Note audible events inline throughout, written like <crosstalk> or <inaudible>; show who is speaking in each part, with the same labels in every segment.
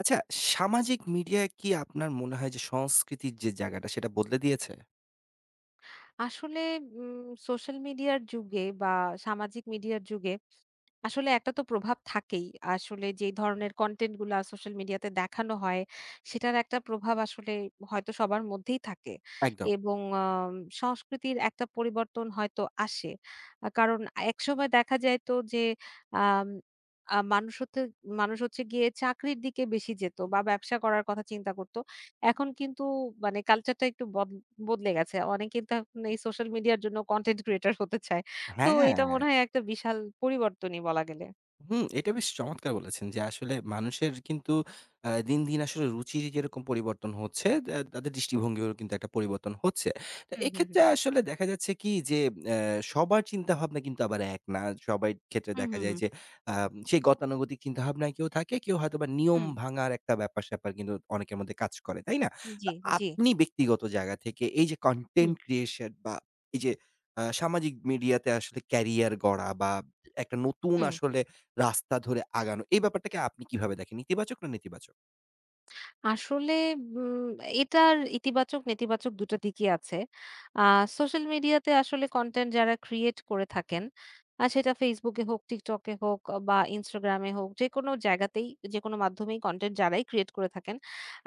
Speaker 1: আচ্ছা, সামাজিক মিডিয়া কি আপনার মনে হয় যে সংস্কৃতির যে জায়গাটা সেটা বদলে দিয়েছে?
Speaker 2: আসলে উম সোশ্যাল মিডিয়ার যুগে বা সামাজিক মিডিয়ার যুগে, আসলে একটা তো প্রভাব থাকেই। আসলে যে ধরনের কনটেন্ট গুলা সোশ্যাল মিডিয়াতে দেখানো হয়, সেটার একটা প্রভাব আসলে হয়তো সবার মধ্যেই থাকে।
Speaker 1: একদম।
Speaker 2: এবং আম সংস্কৃতির একটা পরিবর্তন হয়তো আসে। কারণ একসময় দেখা যাইতো যে আম আ মানুষ হচ্ছে গিয়ে চাকরির দিকে বেশি যেত বা ব্যবসা করার কথা চিন্তা করত। এখন কিন্তু মানে কালচারটা একটু বদলে গেছে। অনেকে কিন্তু এখন এই সোশ্যাল মিডিয়ার জন্য কনটেন্ট ক্রিয়েটর হতে চায়। তো এটা
Speaker 1: হ্যাঁ।
Speaker 2: মনে হয় একটা বিশাল পরিবর্তনই বলা গেলে।
Speaker 1: হুম, এটা বেশ চমৎকার বলেছেন যে আসলে মানুষের কিন্তু দিন, দিন আসলে রুচির যেরকম পরিবর্তন হচ্ছে, তাদের দৃষ্টিভঙ্গিরও কিন্তু একটা পরিবর্তন হচ্ছে। তো
Speaker 2: হুম, হুম, হুম।
Speaker 1: এক্ষেত্রে আসলে দেখা যাচ্ছে কি যে অ্যা সবার চিন্তাভাবনা কিন্তু আবার এক না। সবাই ক্ষেত্রে
Speaker 2: হুম,
Speaker 1: দেখা
Speaker 2: হুম,
Speaker 1: যায়
Speaker 2: হুম।
Speaker 1: যে আ সেই গতানুগতিক চিন্তাভাবনায় কেউ থাকে, কেউ হয়তোবা নিয়ম
Speaker 2: হুম।
Speaker 1: ভাঙার একটা ব্যাপার-স্যাপার কিন্তু অনেকের মধ্যে কাজ করে, তাই না?
Speaker 2: জি,
Speaker 1: তো
Speaker 2: জি।
Speaker 1: আপনি ব্যক্তিগত জায়গা থেকে এই যে
Speaker 2: হুম,
Speaker 1: কনটেন্ট ক্রিয়েশন বা এই যে সামাজিক মিডিয়াতে আসলে ক্যারিয়ার গড়া বা একটা নতুন
Speaker 2: হুম।
Speaker 1: আসলে রাস্তা ধরে আগানো। এই ব্যাপারটাকে আপনি কিভাবে দেখেন? ইতিবাচক না নেতিবাচক?
Speaker 2: আসলে উম এটার ইতিবাচক নেতিবাচক দুটো দিকই আছে। আ সোশ্যাল মিডিয়াতে আসলে কনটেন্ট যারা ক্রিয়েট করে থাকেন, সেটা Facebook এ হোক, TikTok এ হোক বা Instagram এ হোক, যেকোনো জায়গাতেই যেকোনো মাধ্যমেই কনটেন্ট যারাই ক্রিয়েট করে থাকেন,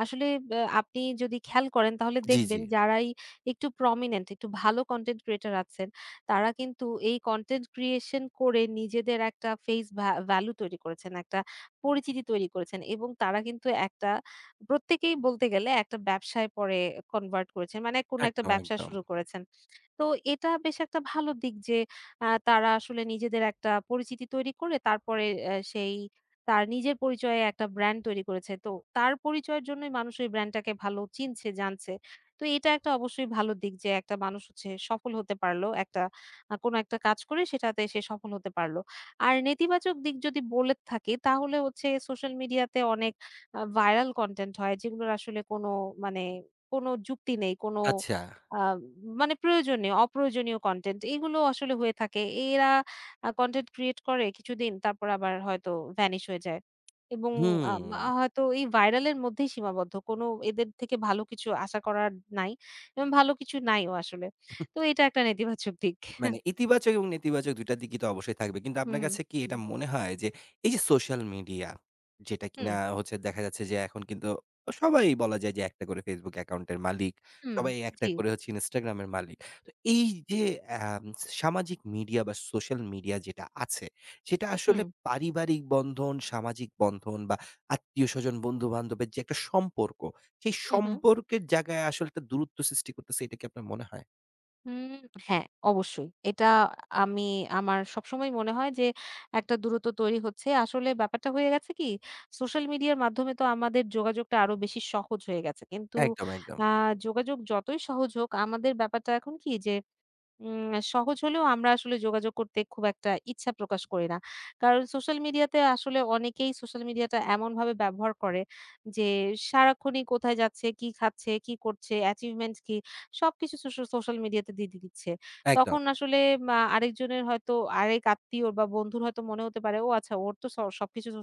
Speaker 2: আসলে অ্যা আপনি যদি খেয়াল করেন তাহলে
Speaker 1: জি, জি।
Speaker 2: দেখবেন যারাই একটু প্রমিনেন্ট, একটু ভালো কনটেন্ট ক্রিয়েটর আছেন, তারা কিন্তু এই কনটেন্ট ক্রিয়েশন করে নিজেদের একটা ফেস ভ্যালু তৈরি করেছেন, একটা পরিচিতি তৈরি করেছেন এবং তারা কিন্তু একটা প্রত্যেকেই বলতে গেলে একটা ব্যবসায় পরে কনভার্ট করেছেন। মানে কোন একটা
Speaker 1: একদম,
Speaker 2: ব্যবসা
Speaker 1: একদম।
Speaker 2: শুরু করেছেন। তো এটা বেশ একটা ভালো দিক যে তারা আসলে নিজেদের একটা পরিচিতি তৈরি করে তারপরে সেই তার নিজের পরিচয়ে একটা ব্র্যান্ড তৈরি করেছে। তো তার পরিচয়ের জন্যই মানুষ ওই ব্র্যান্ডটাকে ভালো চিনছে, জানছে। তো এটা একটা অবশ্যই ভালো দিক যে একটা মানুষ হচ্ছে সফল হতে পারল। একটা কোনো একটা কাজ করে সেটাতে সে সফল হতে পারল। আর নেতিবাচক দিক যদি বলে থাকি তাহলে হচ্ছে সোশ্যাল মিডিয়াতে অনেক ভাইরাল কনটেন্ট হয় যেগুলোর আসলে কোনো মানে কোনো যুক্তি নেই, কোনো
Speaker 1: আচ্ছা।
Speaker 2: আ মানে প্রয়োজনীয়, অপ্রয়োজনীয় কনটেন্ট এগুলো আসলে হয়ে থাকে। এরা কনটেন্ট ক্রিয়েট করে কিছুদিন তারপর আবার হয়তো ভ্যানিশ হয়ে যায়। এবং আ
Speaker 1: হুম।
Speaker 2: আ হয়তো এই ভাইরাল এর মধ্যেই সীমাবদ্ধ। কোনো এদের থেকে ভালো কিছু আশা করার নাই এবং ভালো কিছু নাইও আসলে। তো এটা একটা নেতিবাচক দিক।
Speaker 1: মানে
Speaker 2: <laughs>
Speaker 1: ইতিবাচক এবং নেতিবাচক ২টা টা দিকই তো অবশ্যই থাকবে। কিন্তু আপনার
Speaker 2: হুম,
Speaker 1: কাছে কি
Speaker 2: হুম,
Speaker 1: এটা মনে হয় যে, এই যে সোশ্যাল মিডিয়া যেটা
Speaker 2: হুম,
Speaker 1: কিনা হচ্ছে দেখা যাচ্ছে যে এখন কিন্তু সবাই বলা যায় যে একটা করে Facebook অ্যাকাউন্টের মালিক,
Speaker 2: হুম,
Speaker 1: সবাই একটা
Speaker 2: জি,
Speaker 1: করে হচ্ছে Instagram এর মালিক। তো এই যে আম সামাজিক মিডিয়া বা সোশ্যাল মিডিয়া যেটা আছে, সেটা আসলে
Speaker 2: হুম,
Speaker 1: পারিবারিক বন্ধন, সামাজিক বন্ধন বা আত্মীয়স্বজন, বন্ধু-বান্ধবের যে একটা সম্পর্ক, সেই
Speaker 2: হুম, হুম।
Speaker 1: সম্পর্কের জায়গায় আসলে একটা দূরত্ব সৃষ্টি করতেছে, এটা কি আপনার মনে হয়?
Speaker 2: হুম, হ্যাঁ, অবশ্যই। এটা আমি আমার সবসময় মনে হয় যে একটা দূরত্ব তৈরি হচ্ছে। আসলে ব্যাপারটা হয়ে গেছে কি সোশ্যাল মিডিয়ার মাধ্যমে তো আমাদের যোগাযোগটা আরো বেশি সহজ হয়ে গেছে। কিন্তু
Speaker 1: একদম, একদম,
Speaker 2: আ যোগাযোগ যতই সহজ হোক আমাদের ব্যাপারটা এখন কি যে উম সহজ হলেও আমরা আসলে যোগাযোগ করতে খুব একটা ইচ্ছা প্রকাশ করি না। কারণ সোশ্যাল মিডিয়াতে আসলে অনেকেই সোশ্যাল মিডিয়াটা এমনভাবে ব্যবহার করে যে সারাক্ষণই কোথায় যাচ্ছে, কি খাচ্ছে, কি করছে, achievement কি সবকিছু সোশ্যাল মিডিয়াতে দিয়ে দিচ্ছে। তখন
Speaker 1: একদম।
Speaker 2: আসলে আরেকজনের হয়তো আরেক আত্মীয়র বা বন্ধুর হয়তো মনে হতে পারে, ও আচ্ছা ওর তো সবকিছু সো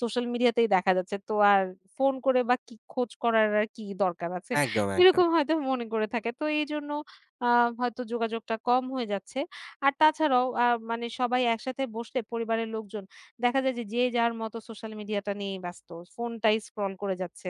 Speaker 2: সোশ্যাল মিডিয়াতেই দেখা যাচ্ছে। তো আর ফোন করে বা কি খোঁজ করার আর কি দরকার আছে?
Speaker 1: একদম, একদম।
Speaker 2: এরকম হয়তো মনে করে থাকে। তো এইজন্য আ হয়তো যোগাযোগটা কম হয়ে যাচ্ছে। আর তাছাড়াও মানে সবাই একসাথে বসলে পরিবারের লোকজন দেখা যায় যে, যে যার মতো সোশ্যাল মিডিয়াটা নিয়েই ব্যস্ত। ফোনটাই স্ক্রল করে যাচ্ছে।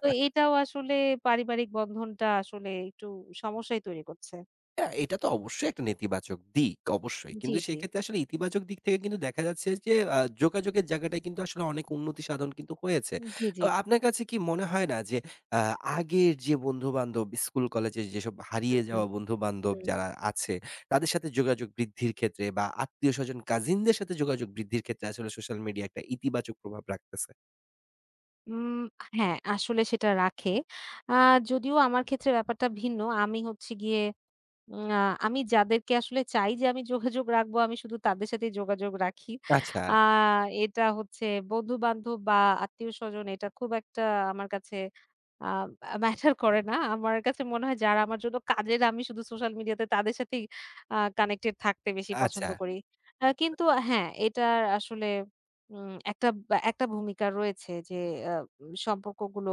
Speaker 2: তো এটাও আসলে পারিবারিক বন্ধনটা আসলে একটু সমস্যাই তৈরি করছে।
Speaker 1: হ্যাঁ, এটা তো অবশ্যই একটা নেতিবাচক দিক, অবশ্যই।
Speaker 2: জি,
Speaker 1: কিন্তু
Speaker 2: জি।
Speaker 1: সেক্ষেত্রে আসলে ইতিবাচক দিক থেকে কিন্তু দেখা যাচ্ছে যে যোগাযোগের জায়গাটায় কিন্তু আসলে অনেক উন্নতি সাধন কিন্তু হয়েছে।
Speaker 2: জি, জি।
Speaker 1: তো আপনার কাছে কি মনে হয় না যে আ আগের যে বন্ধু-বান্ধব স্কুল কলেজে যেসব
Speaker 2: হুম,
Speaker 1: হারিয়ে
Speaker 2: হুম,
Speaker 1: যাওয়া বন্ধু-বান্ধব
Speaker 2: হুম।
Speaker 1: যারা আছে, তাদের সাথে যোগাযোগ বৃদ্ধির ক্ষেত্রে বা আত্মীয়স্বজন কাজিনদের সাথে যোগাযোগ বৃদ্ধির ক্ষেত্রে আসলে সোশ্যাল মিডিয়া একটা ইতিবাচক প্রভাব রাখতেছে?
Speaker 2: উম হ্যাঁ, আসলে সেটা রাখে। আ যদিও আমার ক্ষেত্রে ব্যাপারটা ভিন্ন। আমি হচ্ছে গিয়ে উম আ আমি যাদেরকে আসলে চাই যে আমি যোগাযোগ রাখবো, আমি শুধু তাদের সাথেই যোগাযোগ রাখি।
Speaker 1: আচ্ছা,
Speaker 2: আ এটা হচ্ছে বন্ধু-বান্ধব বা আত্মীয়স্বজন এটা খুব একটা আমার কাছে আ ম্যাটার করে না। আমার কাছে মনে হয় যারা আমার জন্য কাজের আমি শুধু সোশ্যাল মিডিয়াতে তাদের সাথেই কানেক্টেড থাকতে বেশি পছন্দ
Speaker 1: আচ্ছা।
Speaker 2: করি। কিন্তু হ্যাঁ, এটার আসলে একটা একটা ভূমিকা রয়েছে যে আ সম্পর্কগুলো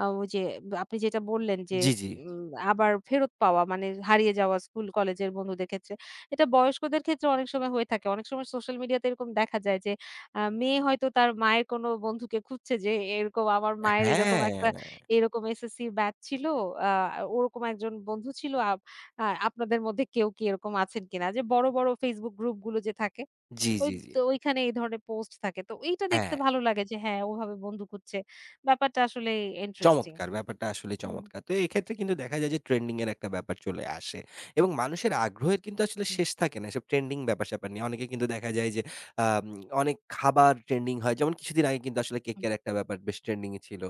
Speaker 2: ওই যে আপনি যেটা বললেন যে
Speaker 1: জি, জি।
Speaker 2: উম আবার ফেরত পাওয়া মানে হারিয়ে যাওয়া স্কুল কলেজের বন্ধুদের ক্ষেত্রে। এটা বয়স্কদের ক্ষেত্রে অনেক সময় হয়ে থাকে। অনেক সময় সোশ্যাল মিডিয়াতে এরকম দেখা যায় যে মেয়ে হয়তো তার মায়ের কোনো বন্ধুকে খুঁজছে যে এরকম আমার মায়ের এরকম একটা
Speaker 1: হ্যাঁ।
Speaker 2: এরকম এসএসসির ব্যাচ ছিল। আ ওরকম একজন বন্ধু ছিল। আপ আ আপনাদের মধ্যে কেউ কি এরকম আছেন কিনা? যে বড়, বড় Facebook গ্রুপ গুলো যে থাকে
Speaker 1: জি,
Speaker 2: ওই
Speaker 1: জি, জি।
Speaker 2: তো ওইখানে এই ধরনের পোস্ট থাকে। তো এইটা দেখতে
Speaker 1: হ্যাঁ।
Speaker 2: ভালো লাগে যে হ্যাঁ, ওভাবে বন্ধু খুঁজছে। ব্যাপারটা আসলে ইন্টারেস্টিং।
Speaker 1: চমৎকার! ব্যাপারটা আসলেই
Speaker 2: হুম,
Speaker 1: চমৎকার। তো এক্ষেত্রে কিন্তু দেখা যায় যে ট্রেন্ডিং এর একটা ব্যাপার চলে আসে এবং মানুষের আগ্রহের কিন্তু আসলে
Speaker 2: হুম,
Speaker 1: শেষ থাকে না এসব ট্রেন্ডিং ব্যাপার-স্যাপার নিয়ে। অনেকে কিন্তু দেখা যায় যে আম অনেক খাবার ট্রেন্ডিং হয়। যেমন কিছুদিন আগে কিন্তু আসলে
Speaker 2: হুম।
Speaker 1: কেকের একটা ব্যাপার বেশ ট্রেন্ডিং এ ছিল।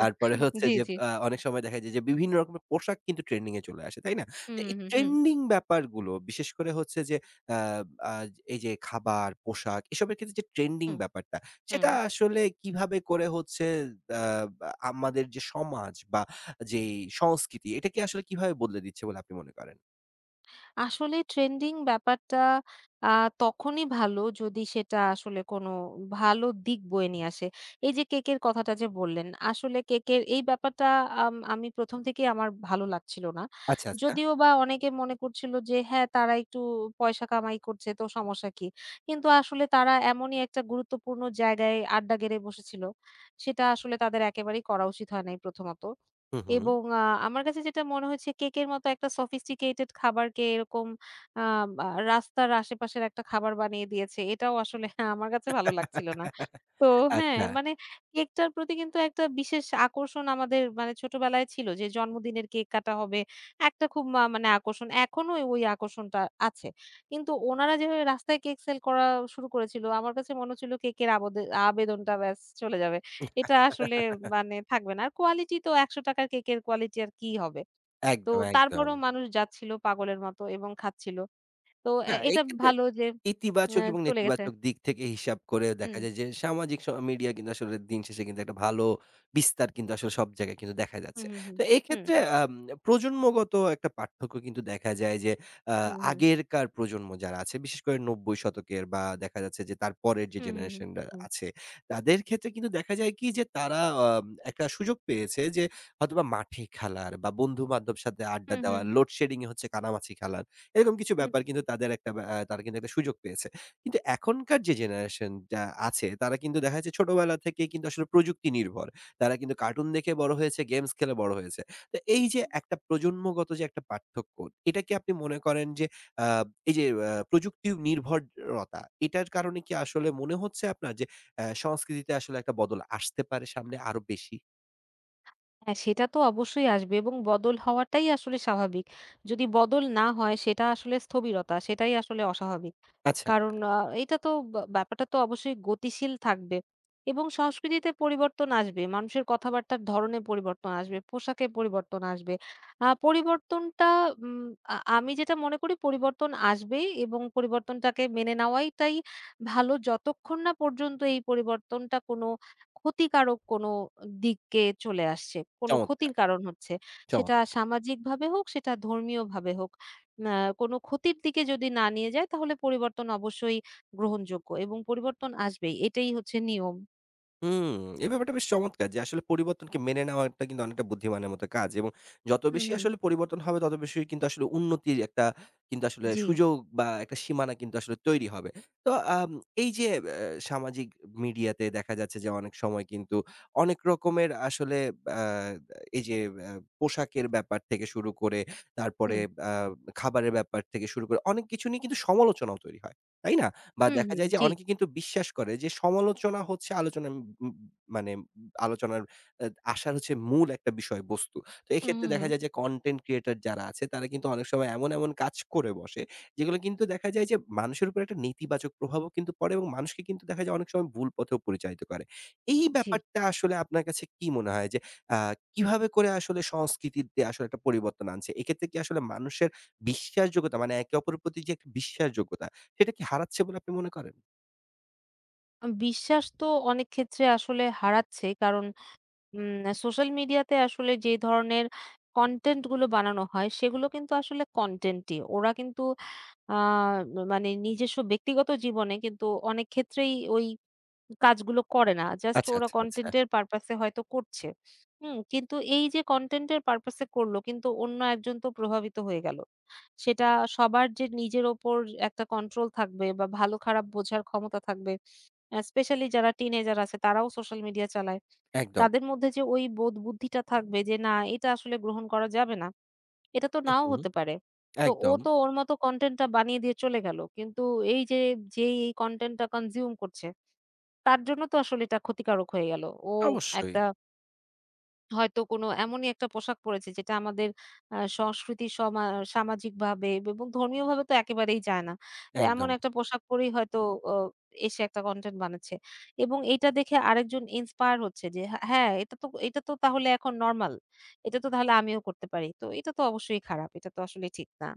Speaker 1: তারপরে হচ্ছে
Speaker 2: জি,
Speaker 1: যে
Speaker 2: জি।
Speaker 1: অনেক সময় দেখা যায় যে বিভিন্ন রকমের পোশাক কিন্তু ট্রেন্ডিং এ চলে আসে, তাই না? তো
Speaker 2: হুম,
Speaker 1: এই
Speaker 2: হুম, হুম,
Speaker 1: ট্রেন্ডিং ব্যাপারগুলো বিশেষ করে হচ্ছে যে আ আ এই যে খাবার, পোশাক এসবের ক্ষেত্রে যে ট্রেন্ডিং
Speaker 2: হুম, হুম,
Speaker 1: ব্যাপারটা
Speaker 2: হুম।
Speaker 1: সেটা আসলে কিভাবে করে হচ্ছে আ বা আমাদের যে সমাজ বা যেই সংস্কৃতি, এটা কি আসলে কিভাবে বদলে দিচ্ছে বলে আপনি মনে করেন?
Speaker 2: আসলে ট্রেন্ডিং ব্যাপারটা আ তখনই ভালো যদি সেটা আসলে কোনো ভালো দিক বয়ে নিয়ে আসে। এই যে কেকের কথাটা যে বললেন, আসলে কেকের এই ব্যাপারটা আমি প্রথম থেকেই আমার ভালো লাগছিল না।
Speaker 1: আচ্ছা, আচ্ছা।
Speaker 2: যদিও বা অনেকে মনে করছিল যে হ্যাঁ, তারা একটু পয়সা কামাই করছে তো সমস্যা কি? কিন্তু আসলে তারা এমনই একটা গুরুত্বপূর্ণ জায়গায় আড্ডা গেড়ে বসেছিল। সেটা আসলে তাদের একেবারেই করা উচিত হয় নাই প্রথমত।
Speaker 1: হুম, হুম।
Speaker 2: এবং আমার কাছে যেটা মনে হয়েছে কেকের মতো একটা sophisticated খাবারকে এরকম আ বা রাস্তার আশেপাশের একটা খাবার বানিয়ে দিয়েছে। এটাও আসলে <laughs> আমার কাছে ভালো লাগছিল না।
Speaker 1: <laughs>
Speaker 2: তো হ্যাঁ,
Speaker 1: আচ্ছা।
Speaker 2: মানে কেকটার প্রতি কিন্তু একটা বিশেষ আকর্ষণ আমাদের মানে ছোটবেলায় ছিল যে জন্মদিনের কেক কাটা হবে। একটা খুব মানে আকর্ষণ। এখনো ওই আকর্ষণটা আছে। কিন্তু ওনারা যেভাবে রাস্তায় কেক সেল করা শুরু করেছিল, আমার কাছে মনে হচ্ছিল কেকের আবেদনটা ব্যাস চলে যাবে। এটা আসলে মানে থাকবে না। আর কোয়ালিটি তো ৳১০০ র কেকের কোয়ালিটি আর কি হবে? তো
Speaker 1: একদম, একদম।
Speaker 2: তারপরেও মানুষ যাচ্ছিল পাগলের মতো এবং খাচ্ছিল। তো
Speaker 1: না
Speaker 2: এটা
Speaker 1: এক্ষেত্রে
Speaker 2: ভালো যে
Speaker 1: ইতিবাচক এবং
Speaker 2: চলে গেছে।
Speaker 1: নেতিবাচক দিক থেকে হিসাব করে
Speaker 2: হুম,
Speaker 1: দেখা যায় যে সামাজিক মিডিয়া কিন্তু আসলে দিন শেষে কিন্তু একটা ভালো বিস্তার কিন্তু আসলে সব জায়গায় কিন্তু দেখা যাচ্ছে।
Speaker 2: হুম, হুম,
Speaker 1: তো
Speaker 2: হুম,
Speaker 1: এক্ষেত্রে প্রজন্মগত একটা পার্থক্য কিন্তু দেখা যায় যে আ
Speaker 2: হুম, হুম,
Speaker 1: আগেরকার প্রজন্ম যারা আছে বিশেষ করে ৯০ শতকের বা দেখা যাচ্ছে যে তার পরের যে
Speaker 2: হুম, হুম, হুম,
Speaker 1: জেনারেশন রা
Speaker 2: হুম,
Speaker 1: আছে তাদের ক্ষেত্রে কিন্তু দেখা যায় কি যে তারা একটা সুযোগ পেয়েছে যে হয়তোবা মাঠে খেলার বা বন্ধু-বান্ধব সাথে আড্ডা
Speaker 2: হুম,
Speaker 1: দেওয়া,
Speaker 2: হুম,
Speaker 1: লোডশেডিং এ হচ্ছে কানামাছি খেলার। এরকম কিছু
Speaker 2: হুম।
Speaker 1: ব্যাপার কিন্তু তাদের একটা তারা কিন্তু একটা সুযোগ পেয়েছে। কিন্তু এখনকার যে জেনারেশন টা আছে তারা কিন্তু দেখা যাচ্ছে ছোটবেলা থেকেই কিন্তু আসলে প্রযুক্তি নির্ভর। তারা কিন্তু কার্টুন দেখে বড় হয়েছে, গেমস খেলে বড় হয়েছে। তো এই যে একটা প্রজন্মগত যে একটা পার্থক্য, এটা কি আপনি মনে করেন যে আ এই যে প্রযুক্তি নির্ভরতা এটার কারণে কি আসলে মনে হচ্ছে আপনার যে সংস্কৃতিতে আসলে একটা বদল আসতে পারে সামনে আরো বেশি?
Speaker 2: হ্যাঁ, সেটা তো অবশ্যই আসবে এবং বদল হওয়াটাই আসলে স্বাভাবিক। যদি বদল না হয় সেটা আসলে স্থবিরতা, সেটাই আসলে অস্বাভাবিক।
Speaker 1: আচ্ছা,
Speaker 2: কারণ এটা তো ব্যাপারটা তো অবশ্যই গতিশীল থাকবে এবং সংস্কৃতিতে পরিবর্তন আসবে। মানুষের কথাবার্তার ধরনে পরিবর্তন আসবে, পোশাকে পরিবর্তন আসবে। পরিবর্তনটা উম আ আমি যেটা মনে করি পরিবর্তন আসবেই এবং পরিবর্তনটাকে মেনে নেওয়াইটাই ভালো যতক্ষণ না পর্যন্ত এই পরিবর্তনটা কোনো ক্ষতিকারক কোনো দিকে চলে আসছে। কোনো ক্ষতির
Speaker 1: চমৎকার,
Speaker 2: কারণ হচ্ছে। সেটা
Speaker 1: চমৎকার।
Speaker 2: সামাজিকভাবে হোক, সেটা ধর্মীয়ভাবে হোক। আ কোনো ক্ষতির দিকে যদি না নিয়ে যায় তাহলে পরিবর্তন অবশ্যই গ্রহণযোগ্য এবং পরিবর্তন আসবেই। এটাই হচ্ছে নিয়ম।
Speaker 1: হুম, এই ব্যাপারটা বেশ চমৎকার যে আসলে পরিবর্তনকে মেনে নেওয়াটা কিন্তু অনেকটা বুদ্ধিমানের মতো কাজ এবং যত
Speaker 2: হুম,
Speaker 1: বেশি
Speaker 2: হুম।
Speaker 1: আসলে পরিবর্তন হবে তত বেশি কিন্তু আসলে উন্নতির একটা কিন্তু আসলে
Speaker 2: জি।
Speaker 1: সুযোগ বা একটা সীমানা কিন্তু আসলে তৈরি হবে। তো আম এই যে সামাজিক মিডিয়াতে দেখা যাচ্ছে যে অনেক সময় কিন্তু অনেক রকমের আসলে আ এই যে আ পোশাকের ব্যাপার থেকে শুরু করে তারপরে
Speaker 2: হুম,
Speaker 1: আ খাবারের ব্যাপার থেকে শুরু করে অনেক কিছু নিয়ে কিন্তু সমালোচনাও তৈরি হয়। তাই না? বা
Speaker 2: হুম,
Speaker 1: দেখা
Speaker 2: হুম।
Speaker 1: যায় যে
Speaker 2: জি।
Speaker 1: অনেকে কিন্তু বিশ্বাস করে যে সমালোচনা হচ্ছে আলোচনা উম উম মানে আলোচনার আ আসার হচ্ছে মূল একটা বিষয়বস্তু। তো
Speaker 2: হুম,
Speaker 1: এক্ষেত্রে
Speaker 2: হুম,
Speaker 1: দেখা
Speaker 2: হুম।
Speaker 1: যায় যে কনটেন্ট ক্রিয়েটর যারা আছে তারা কিন্তু অনেক সময় এমন, এমন কাজ করে বসে যেগুলো কিন্তু দেখা যায় যে মানুষের উপর একটা নেতিবাচক প্রভাবও কিন্তু পড়ে এবং মানুষকে কিন্তু দেখা যায় অনেক সময় ভুল পথেও পরিচালিত করে। এই
Speaker 2: জি।
Speaker 1: ব্যাপারটা আসলে আপনার কাছে কি মনে হয় যে আ কিভাবে করে আসলে সংস্কৃতিতে আসলে একটা পরিবর্তন আনছে? এক্ষেত্রে কি আসলে মানুষের বিশ্বাসযোগ্যতা মানে একে অপরের প্রতি যে একটা বিশ্বাসযোগ্যতা সেটা কি হারাচ্ছে বলে আপনি মনে করেন?
Speaker 2: বিশ্বাস তো অনেক ক্ষেত্রে আসলে হারাচ্ছে। কারণ সোশ্যাল মিডিয়াতে আসলে যে ধরনের কনটেন্ট গুলো বানানো হয় সেগুলো কিন্তু আসলে কনটেন্টই। ওরা কিন্তু আ মানে নিজস্ব ব্যক্তিগত জীবনে কিন্তু অনেক ক্ষেত্রেই ওই কাজগুলো করে না। জাস্ট
Speaker 1: আচ্ছা,
Speaker 2: ওরা
Speaker 1: আচ্ছা, আচ্ছা।
Speaker 2: কনটেন্ট এর পারপাস এ হয়তো করছে। হুম? কিন্তু এই যে কনটেন্ট এর পারপাস এ করল কিন্তু অন্য একজন তো প্রভাবিত হয়ে গেল। সেটা সবার যে নিজের ওপর একটা কন্ট্রোল থাকবে বা ভালো খারাপ বোঝার ক্ষমতা থাকবে। স্পেশালি যারা টিনেজার আছে তারাও সোশ্যাল মিডিয়া চালায়।
Speaker 1: একদম।
Speaker 2: তাদের মধ্যে যে ওই বোধ বুদ্ধিটা থাকবে যে না এটা আসলে গ্রহণ করা যাবে না। এটা তো
Speaker 1: হু,
Speaker 2: নাও
Speaker 1: হু।
Speaker 2: হতে পারে। তো ও
Speaker 1: একদম।
Speaker 2: তো ওর মতো কনটেন্টটা বানিয়ে দিয়ে চলে গেল। কিন্তু এই যে, যেই এই কনটেন্টটা কনজিউম করছে, তার জন্য তো আসলে এটা ক্ষতিকারক হয়ে গেল। ও
Speaker 1: অবশ্যই।
Speaker 2: একটা হয়তো কোনো এমনই একটা পোশাক পড়েছে যেটা আমাদের সংস্কৃতি সামাজিকভাবে এবং ধর্মীয়ভাবে তো একেবারেই যায় না। তো এমন
Speaker 1: একদম।
Speaker 2: একটা পোশাক পরেই হয়তো অ এসে একটা কনটেন্ট বানাচ্ছে। এবং এটা দেখে আরেকজন ইন্সপায়ার হচ্ছে যে হ্যাঁ, হ্যাঁ, এটা তো এটা তো তাহলে এখন নরমাল। এটা তো তাহলে আমিও করতে পারি। তো এটা তো অবশ্যই খারাপ। এটা তো আসলে ঠিক না।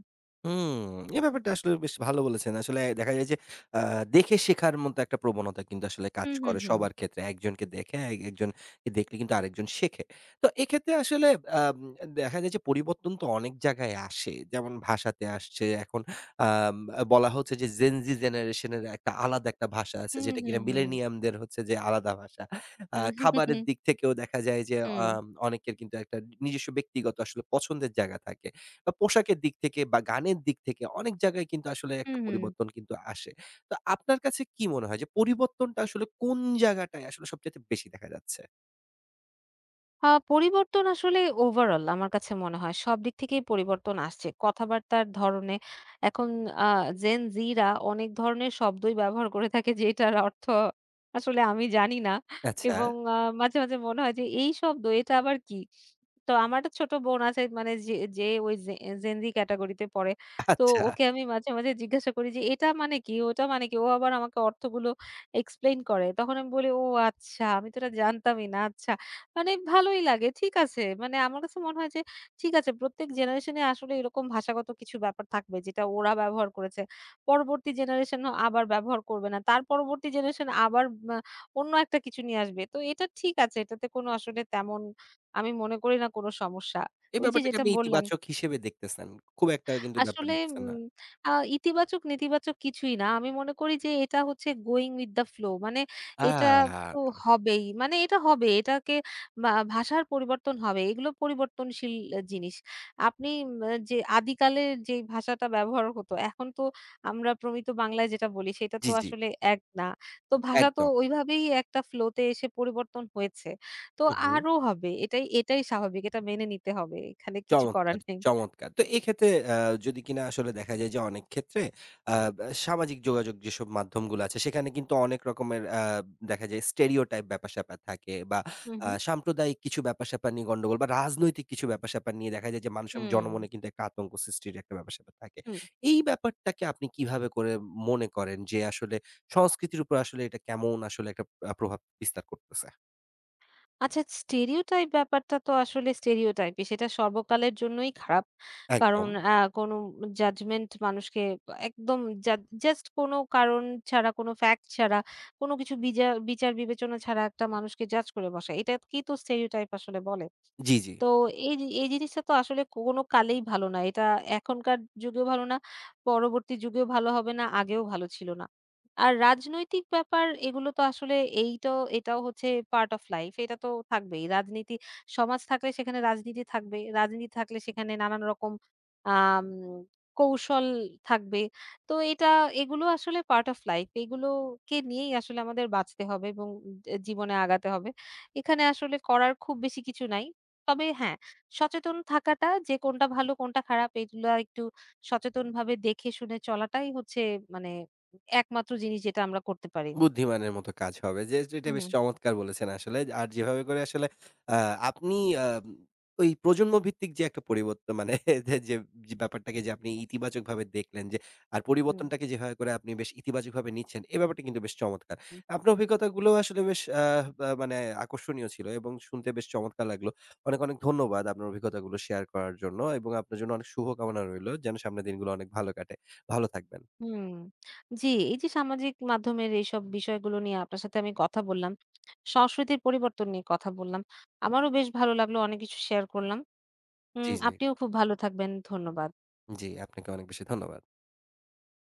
Speaker 1: হুম, এই ব্যাপারটা আসলে বেশ ভালো বলেছেন। আসলে দেখা যায় যে আ দেখে শেখার মতো একটা প্রবণতা কিন্তু আসলে কাজ
Speaker 2: হুম, হুম,
Speaker 1: করে
Speaker 2: হুম।
Speaker 1: সবার ক্ষেত্রে। একজনকে দেখে একজনকে দেখলে কিন্তু আরেকজন শেখে। তো এক্ষেত্রে আসলে আম দেখা যায় যে পরিবর্তন তো অনেক জায়গায় আসে। যেমন ভাষাতে আসছে এখন আম বলা হচ্ছে যে Gen Z জেনারেশন এর একটা আলাদা একটা ভাষা আছে
Speaker 2: হুম,
Speaker 1: যেটা
Speaker 2: হুম,
Speaker 1: কিনা
Speaker 2: হুম।
Speaker 1: মিলেনিয়ামদের হচ্ছে যে আলাদা ভাষা।
Speaker 2: হুম, হুম,
Speaker 1: খাবারের
Speaker 2: হুম।
Speaker 1: দিক থেকেও দেখা যায় যে
Speaker 2: হুম, হুম।
Speaker 1: অনেকের কিন্তু একটা নিজস্ব ব্যক্তিগত আসলে পছন্দের জায়গা থাকে। বা পোশাকের দিক থেকে বা গানের দিক থেকে অনেক জায়গায় কিন্তু আসলে
Speaker 2: হুম
Speaker 1: একটা
Speaker 2: হুম
Speaker 1: পরিবর্তন কিন্তু আসে। তো আপনার কাছে কি মনে হয় যে পরিবর্তনটা আসলে কোন জায়গাটায় আসলে সবচাইতে বেশি দেখা যাচ্ছে?
Speaker 2: পরিবর্তন আসলে ওভারঅল আমার কাছে মনে হয় সব দিক থেকেই পরিবর্তন আসছে। কথাবার্তার ধরনে এখন আ জেন জিরা অনেক ধরনের শব্দই ব্যবহার করে থাকে যেটার অর্থ আসলে আমি জানি না
Speaker 1: আচ্ছা,
Speaker 2: এবং মাঝে, মাঝে মনে হয় যে এই শব্দ এটা আবার কি? তো আমার একটা ছোট বোন আছে মানে যে, যে ওই জেন জি ক্যাটেগরিতে পড়ে। তো
Speaker 1: আচ্ছা।
Speaker 2: ওকে আমি মাঝে, মাঝে জিজ্ঞাসা করি যে এটা মানে কি? ওটা মানে কি? ও আবার আমাকে অর্থগুলো এক্সপ্লেইন করে। তখন আমি বলি, "ও আচ্ছা আমি তো এটা জানতামই না। আচ্ছা।" মানে ভালোই লাগে। ঠিক আছে। মানে আমার কাছে মনে হয় যে ঠিক আছে প্রত্যেক জেনারেশনে আসলে এরকম ভাষাগত কিছু ব্যাপার থাকবে যেটা ওরা ব্যবহার করেছে। পরবর্তী জেনারেশনও আবার ব্যবহার করবে না। তার পরবর্তী জেনারেশন আবার আ অন্য একটা কিছু নিয়ে আসবে। তো এটা ঠিক আছে। এটাতে কোনো আসলে তেমন আমি মনে করি না কোনো সমস্যা।
Speaker 1: এই
Speaker 2: ওই যে
Speaker 1: ব্যাপারটাকে
Speaker 2: যেটা
Speaker 1: আপনি
Speaker 2: বললাম
Speaker 1: ইতিবাচক হিসেবে দেখতেছেন। খুব একটা কিন্তু ব্যাপার
Speaker 2: আসলে
Speaker 1: দেখতেছেন না।
Speaker 2: উম আ ইতিবাচক নেতিবাচক কিছুই না। আমি মনে করি যে এটা হচ্ছে going with the flow মানে
Speaker 1: আ
Speaker 2: এটা তো হবেই। মানে এটা হবে। এটাকে বা ভাষার পরিবর্তন হবে। এগুলো পরিবর্তনশীল জিনিস। আপনি যে আদিকালে যে ভাষাটা ব্যবহার হতো এখন তো আমরা প্রমিত বাংলায় যেটা বলি সেটা তো
Speaker 1: জি, জি।
Speaker 2: আসলে এক না। তো ভাষা তো
Speaker 1: একদম।
Speaker 2: ওইভাবেই একটা flow তে এসে পরিবর্তন হয়েছে। তো
Speaker 1: হু, হু।
Speaker 2: আরো হবে। এটাই এটাই স্বাভাবিক। এটা মেনে নিতে হবে। এখানে কিছু করার
Speaker 1: চমৎকার,
Speaker 2: নেই।
Speaker 1: চমৎকার। তো এক্ষেত্রে যদি কিনা আসলে দেখা যায় যে অনেক ক্ষেত্রে আ সামাজিক যোগাযোগ যেসব মাধ্যমগুলো আছে সেখানে কিন্তু অনেক রকমের দেখা যায় stereotype ব্যাপার-স্যাপার থাকে বা
Speaker 2: হু, হু।
Speaker 1: সাম্প্রদায়িক কিছু ব্যাপার-স্যাপার নিয়ে গন্ডগোল বা রাজনৈতিক কিছু ব্যাপার-স্যাপার নিয়ে দেখা যায় যে মানুষের
Speaker 2: হুম।
Speaker 1: জনমনে কিন্তু একটা আতঙ্ক সৃষ্টির একটা ব্যাপার-স্যাপার থাকে।
Speaker 2: হুম।
Speaker 1: এই ব্যাপারটাকে আপনি কিভাবে করে মনে করেন যে আসলে সংস্কৃতির উপর আসলে এটা কেমন আসলে একটা প্রভাব বিস্তার করতেছে?
Speaker 2: আচ্ছা স্টেরিওটাইপ ব্যাপারটা তো আসলে স্টেরিওটাইপই। সেটা সর্বকালের জন্যই খারাপ। কারণ
Speaker 1: একদম।
Speaker 2: কোনো জাজমেন্ট মানুষকে একদম জা জাস্ট কোনো কারণ ছাড়া, কোনো ফ্যাক্ট ছাড়া, কোনো কিছু বিচার বিবেচনা ছাড়া একটা মানুষকে জাজ করে বসা। এটাকেই তো স্টেরিওটাইপ আসলে বলে।
Speaker 1: জি, জি।
Speaker 2: তো এই জিনিসটা তো আসলে কোনো কালেই ভালো না। এটা এখনকার যুগেও ভালো না, পরবর্তী যুগেও ভালো হবে না, আগেও ভালো ছিল না। আর রাজনৈতিক ব্যাপার এগুলো তো আসলে এই তো এটাও হচ্ছে পার্ট অফ লাইফ। এটা তো থাকবেই। রাজনীতি সমাজ থাকলে সেখানে রাজনীতি থাকবে। রাজনীতি থাকলে সেখানে নানান রকম আম কৌশল থাকবে। তো এটা এগুলো আসলে পার্ট অফ লাইফ। এগুলোকে নিয়েই আসলে আমাদের বাঁচতে হবে এবং জীবনে আগাতে হবে। এখানে আসলে করার খুব বেশি কিছু নাই। তবে হ্যাঁ, সচেতন থাকাটা যে কোনটা ভালো কোনটা খারাপ এগুলা একটু সচেতনভাবে দেখে শুনে চলাটাই হচ্ছে মানে একমাত্র জিনিস যেটা আমরা করতে পারি।
Speaker 1: বুদ্ধিমানের মতো কাজ হবে। যে যেটা
Speaker 2: হুম,
Speaker 1: বেশ
Speaker 2: হুম।
Speaker 1: চমৎকার বলেছেন আসলে। আর যেভাবে করে আসলে আ আপনি আ ওই প্রজন্ম ভিত্তিক যে একটা পরিবর্তন মানে <laughs> যে যে যে ব্যাপারটাকে যে আপনি ইতিবাচকভাবে দেখলেন যে আর পরিবর্তনটাকে যেভাবে করে আপনি বেশ ইতিবাচকভাবে নিচ্ছেন এ ব্যাপারটা কিন্তু বেশ চমৎকার।
Speaker 2: হুম,
Speaker 1: আপনার অভিজ্ঞতাগুলো আসলে বেশ বা মানে আকর্ষণীয় ছিল এবং শুনতে বেশ চমৎকার লাগলো। অনেক, অনেক ধন্যবাদ আপনার অভিজ্ঞতাগুলো শেয়ার করার জন্য এবং আপনার জন্য অনেক শুভকামনা রইলো। যেন সামনের দিনগুলো অনেক ভালো কাটে। ভালো থাকবেন।
Speaker 2: হুম। জি, এই যে সামাজিক মাধ্যমের এইসব বিষয়গুলো নিয়ে আপনার সাথে আমি কথা বললাম। সংস্কৃতির পরিবর্তন নিয়ে কথা বললাম। আমারও বেশ ভালো লাগলো। অনেক কিছু শেয়ার করলাম।
Speaker 1: জি, জি।
Speaker 2: আপনিও খুব ভালো থাকবেন। ধন্যবাদ।
Speaker 1: জি, আপনাকে অনেক বেশি ধন্যবাদ।